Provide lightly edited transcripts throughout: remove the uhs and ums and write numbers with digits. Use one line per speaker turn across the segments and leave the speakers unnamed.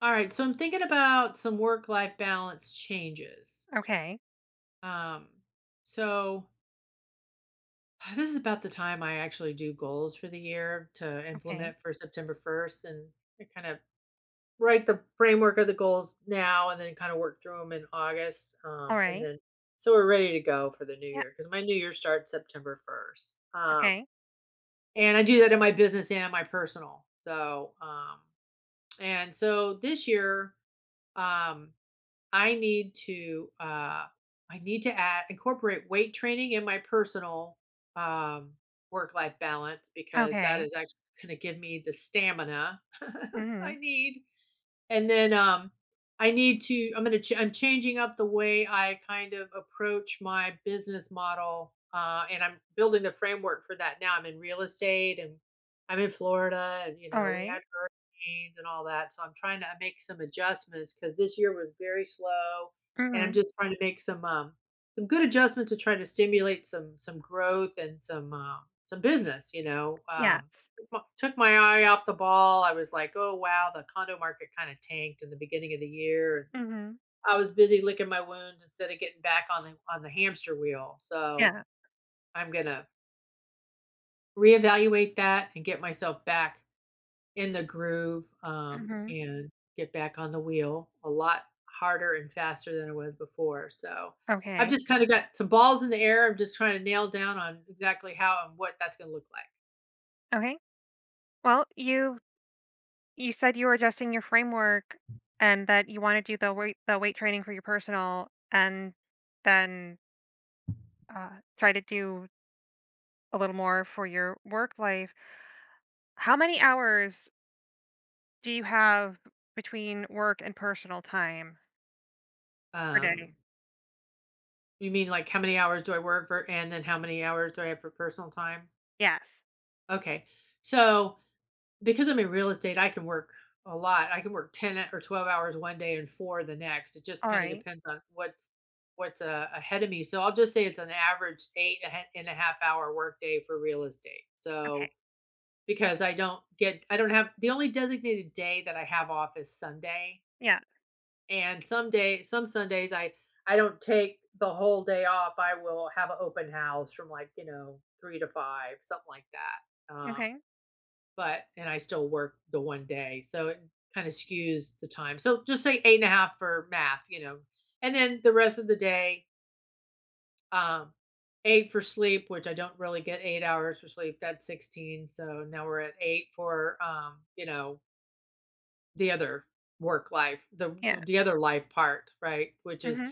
All right, so I'm thinking about some work-life balance changes.
Okay,
Um, so this is about the time I actually do goals for the year to
okay,
implement for September 1st, and I kind of write the framework of the goals now, and then kind of work through them in August, and
alright,
then so we're ready to go for the new
yeah,
year because my new year starts September 1st.
okay,
And I do that in my business and my personal. So, and so this year, um I need to uh I need to add incorporate weight training in my personal um work life balance because that
okay,
is actually going to give me the stamina I
mhm,
need. And then, I need to I'm gonna ch I'm changing up the way I kind of approach my business model, and I'm building the framework for that now. I'm in real estate, and I'm in Florida and we
alright,
had hurricanes and all that, so I'm trying to make some adjustments because this year was very slow, and I'm
mhm,
just trying to make some good adjustments to try to stimulate some growth and some, some business.
yes,
Took my eye off the ball. I was like, oh wow, the condo market kind of tanked in the beginning of the year. And
mhm,
I was busy licking my wounds instead of getting back on the hamster wheel. So
yeah,
I'm gonna reevaluate that and get myself back in the groove,
mhm,
and get back on the wheel a lot harder and faster than it was before. So I've
okay,
just kind of got some balls in the air. I'm just trying to nail down on exactly how and what that's gonna look
okay. Well, you said you were adjusting your framework and that you want to do the weight training for your personal and then try to do a little more for your work life. How many hours do you have between work and personal time
like.
per day?
You mean, like, how many hours do I work for and then how many hours do I have for personal time?
Yes.
Okay. So because I'm in real estate, I can work a lot. I can work 10 or 12 hours one day and four the next. It just
All
kind of
right.
depends on what's ahead of me. So I'll just say it's an average eight and a half hour workday for real estate.
Okay.
So because I don't have, the only designated day that I have off is Sunday.
Yeah.
And some Sundays, I don't take the whole day off. I will have an open house from, like, 3 to 5, something like that. Um,
Okay.
but and I still work the one day, so it kinda skews the time. So just say 8 and a half for math, and then the rest of the day, um, 8 for sleep, which I don't really get 8 hours for sleep. That's 16, so now we're at 8 for, the other work life, the the
Yeah.
the other life part, right? Which is
Hmm.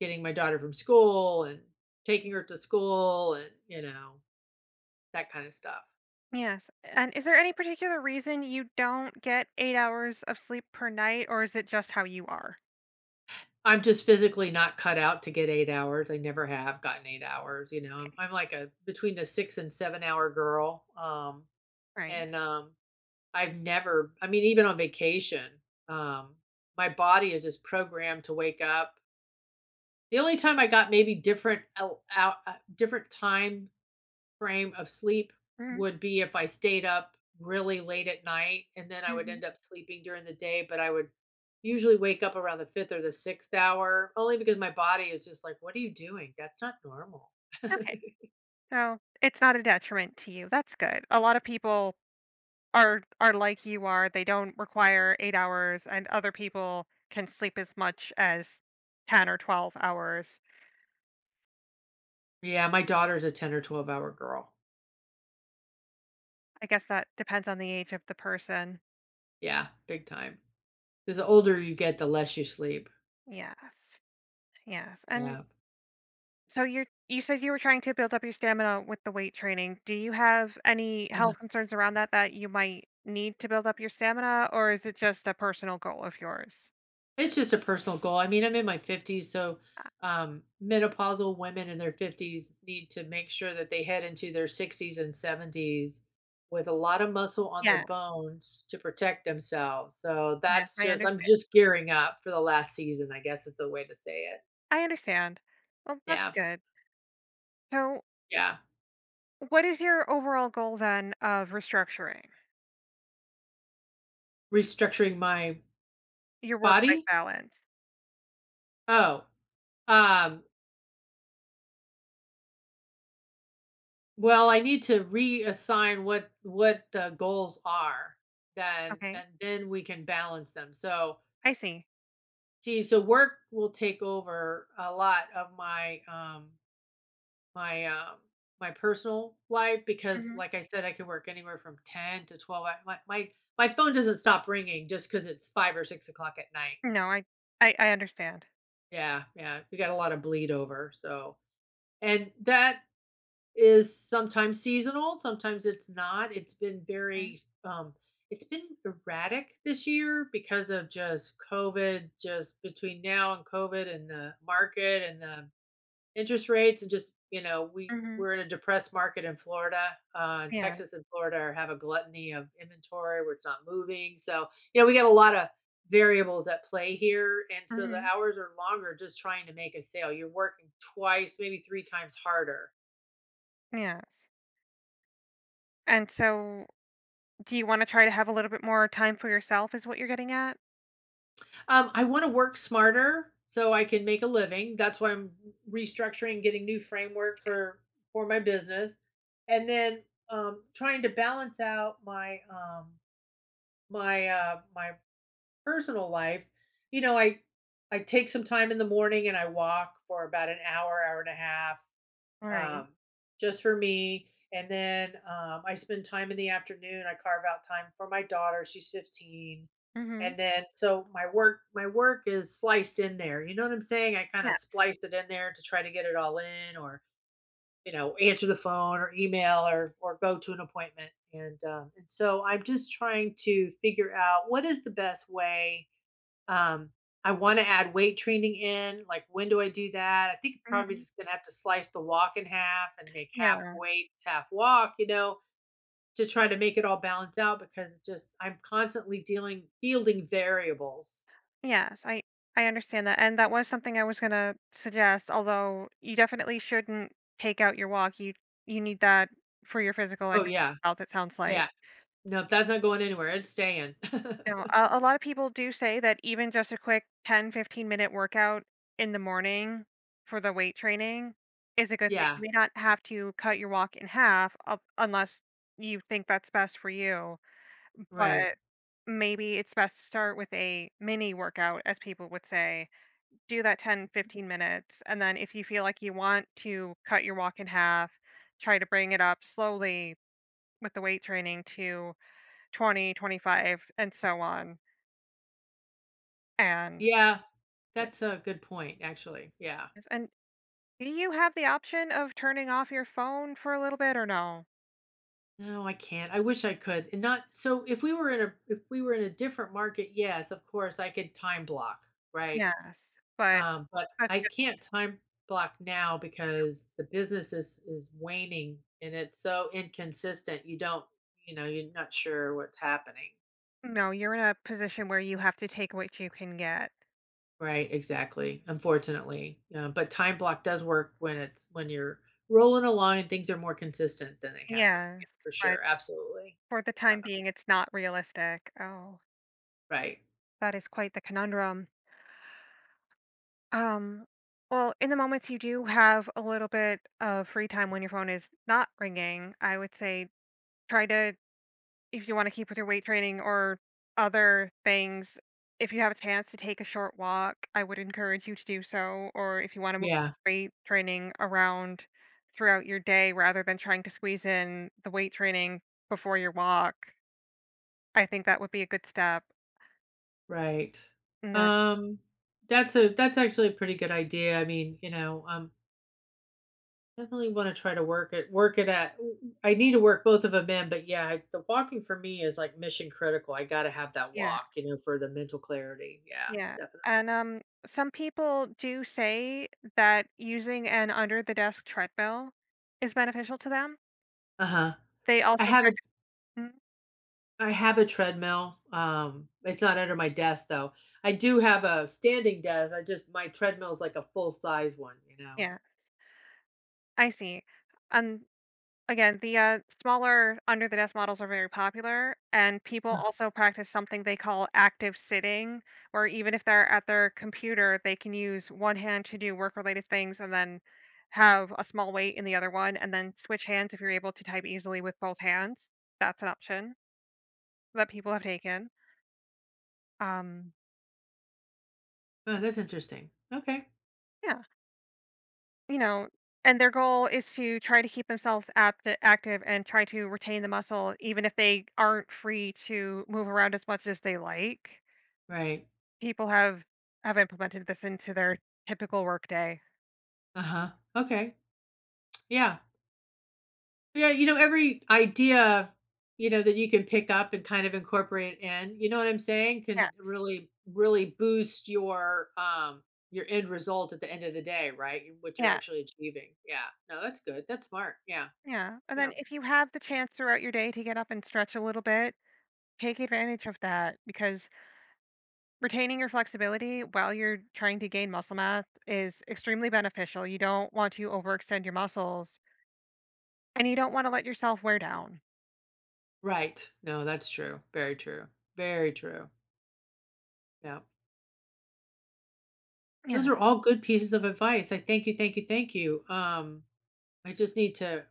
getting my daughter from school and taking her to school and that kind of stuff.
Yes. And is there any particular reason you don't get 8 hours of sleep per night, or is it just how you are?
I'm just physically not cut out to get 8 hours. I never have gotten 8 hours. I'm
Okay.
I'm like a between a 6 and 7-hour girl, um,
Right.
and, um, I've never I mean, even on vacation, um, my body is just programmed to wake up. The only time I got maybe different time frame of sleep
Mm-hmm.
would be if I stayed up really late at night and then I would end up sleeping during the day, but I would usually wake up around the fifth or the sixth hour, only because my body is just like, what are you doing? That's not normal.
Okay. So it's not a detriment to you. That's good. A lot of people are like you are. They don't require 8 hours, and other people can sleep as much as 10 or 12 hours.
Yeah, my daughter's a 10 or 12-hour girl.
I guess that depends on the age of the person.
Yeah, big time. Because the older you get, the less you sleep.
Yes. Yes. And
Yeah.
so you said you were trying to build up your stamina with the weight training. Do you have any health concerns around that that you might need to build up your stamina, or is it just a personal goal of yours?
It's just a personal goal. I mean, I'm in my 50s, so
Uh,
menopausal women in their 50s need to make sure that they head into their 60s and 70s with a lot of muscle on their
yeah,
bones to protect themselves. So
yes,
that's
I
just, I'm
understand.
just gearing up for the last season, I guess, is the way to say it.
I understand. Well, that's
Yeah.
good. So,
Yeah.
what is your overall goal then of restructuring
Restructuring my
your work-life
body.
balance?
Oh, um, well, I need to reassign what the goals are then,
Okay,
and then we can balance them. So,
I see.
see, so work will take over a lot of my um my personal life because,
Hmm.
like I said, I can work anywhere from 10 to 12. My phone doesn't stop ringing just because it's 5 or 6 o'clock at night.
No, I understand.
Yeah, yeah, we got a lot of bleed over. So, and that is sometimes seasonal, sometimes it's not. It's been erratic this year because of just COVID, just between now and COVID and the market and the interest rates, and just, we
Mm-hmm.
we're in a depressed market in Florida.
Yeah.
Texas and Florida have a gluttony of inventory where it's not moving. So, we got a lot of variables at play here. And so the
Hmm.
hours are longer, just trying to make a sale. You're working twice, maybe three times harder.
Yes. And so do you wanna try to have a little bit more time for yourself is what you're getting at?
I want to work smarter so I can make a living. That's why I'm restructuring, getting new framework for my business. And then, trying to balance out my personal life, you know, I I take some time in the morning, and I walk for about an hour, hour and a half,
All right.
um, just for me. And then, I spend time in the afternoon. I carve out time for my daughter. She's 15.
Mhm.
And then so my work is sliced in there. You know what I'm saying? I kind of
Yes.
splice it in there to try to get it all in, or answer the phone or email or go to an appointment. And and so I'm just trying to figure out what is the best way. um, I want to add weight training in. Like, when do I do that? I think probably
Mhm.
just gonna have to slice the walk in half and make half
Yeah.
weights, half walk. You know, to try to make it all balance out, because it just I'm constantly dealing fielding variables.
Yes, I understand that, and that was something I was gonna suggest, although you definitely shouldn't take out your walk, you need that for your physical
Oh
and your
yeah,
health, it sounds like.
yeah. No, that's not going anywhere. It's staying.
You know, a lot of people do say that even just a quick 10-15 minute workout in the morning for the weight training is a good thing.
Yeah,
You may not have to cut your walk in half, u unless you think that's best for you.
right.
But maybe it's best to start with a mini workout, as people would say. Do that 10, 15 minutes. And then if you feel like you want to cut your walk in half, try to bring it up slowly with the weight training to 20, 25, and so on. And
Yeah,
yeah.
that's a good point, actually. Yeah.
Yes, and do you have the option of turning off your phone for a little bit or no?
No, I can't. I wish I could. And not so, if we were in a different market, yes, of course I could time block, right?
Yes. But
But
that's
I
just
can't time block now because the business is waning, and it's so inconsistent. You don't, you're not sure what's happening.
no, you're in a position where you have to take what you can get.
Right, exactly. Unfortunately, but time block does work when you're rolling along and things are more consistent than they have been. Yeah,
Yes.
for
But
sure, absolutely.
for the
Yeah,
time being, it's not realistic. Oh,
right.
that is quite the conundrum. Um, well, in the moments you do have a little bit of free time when your phone is not ringing, I would say try to, if you want to keep with your weight training or other things, if you have a chance to take a short walk, I would encourage you to do so. Or if you want to move
Yeah,
weight training around throughout your day rather than trying to squeeze in the weight training before your walk, I think that would be a good step.
right.
And that,
Um, that's actually a pretty good idea. I mean, definitely want to try to work it at I need to work both of them in. But yeah, the walking for me is like mission critical. I got to have that
yeah.
walk, for the mental clarity. Yeah,
Yeah.
definitely.
And some people do say that using an under the desk treadmill is beneficial to them.
Uh-huh.
They
I
also
have a
prec- mm,
I have a treadmill. It's not under my desk though. I do have a standing desk. I just my treadmill is like a full size one.
yeah, I see. And again, the smaller under the desk models are very popular and people
Oh,
also practice something they call active sitting where even if they're at their computer, they can use one hand to do work related things and then have a small weight in the other one and then switch hands if you're able to type easily with both hands. That's an option that people have taken. Um,
oh, that's interesting. Okay.
yeah, you know, and their goal is to try to keep themselves active and try to retain the muscle, even if they aren't free to move around as much as they like.
Right.
People have implemented this into their typical workday.
Uh-huh. Okay. Yeah. Yeah, every idea, that you can pick up and kind of incorporate in, you know what I'm saying,
Yeah,
can really, really boost your end result at the end of the day, right? What you're
yeah,
actually achieving. Yeah. No, that's good. That's smart. Yeah.
yeah. And
Yeah.
then if you have the chance throughout your day to get up and stretch a little bit, take advantage of that because retaining your flexibility while you're trying to gain muscle mass is extremely beneficial. You don't want to overextend your muscles. And you don't wanna let yourself wear down.
Right. No, that's true. Very true. Very true. Yeah. Those
Yeah.
are all good pieces of advice. I thank you, thank you, thank you. I just need to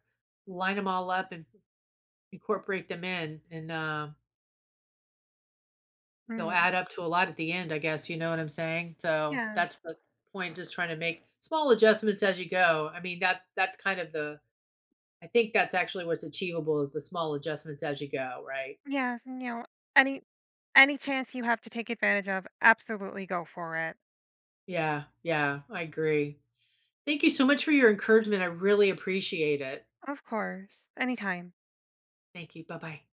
line them all up and incorporate them in and They'll
Mhm.
add up to a lot at the end, I guess, you know what I'm saying? So,
Yeah.
that's the point, just trying to make small adjustments as you go. I mean, that's kind of the, I think that's actually what's achievable, is the small adjustments as you go, right?
Yes, and, any any chance you have to take advantage of, absolutely go for it.
Yeah, yeah, I agree. Thank you so much for your encouragement, I really appreciate it.
Of course. Anytime.
Thank you, bye-bye.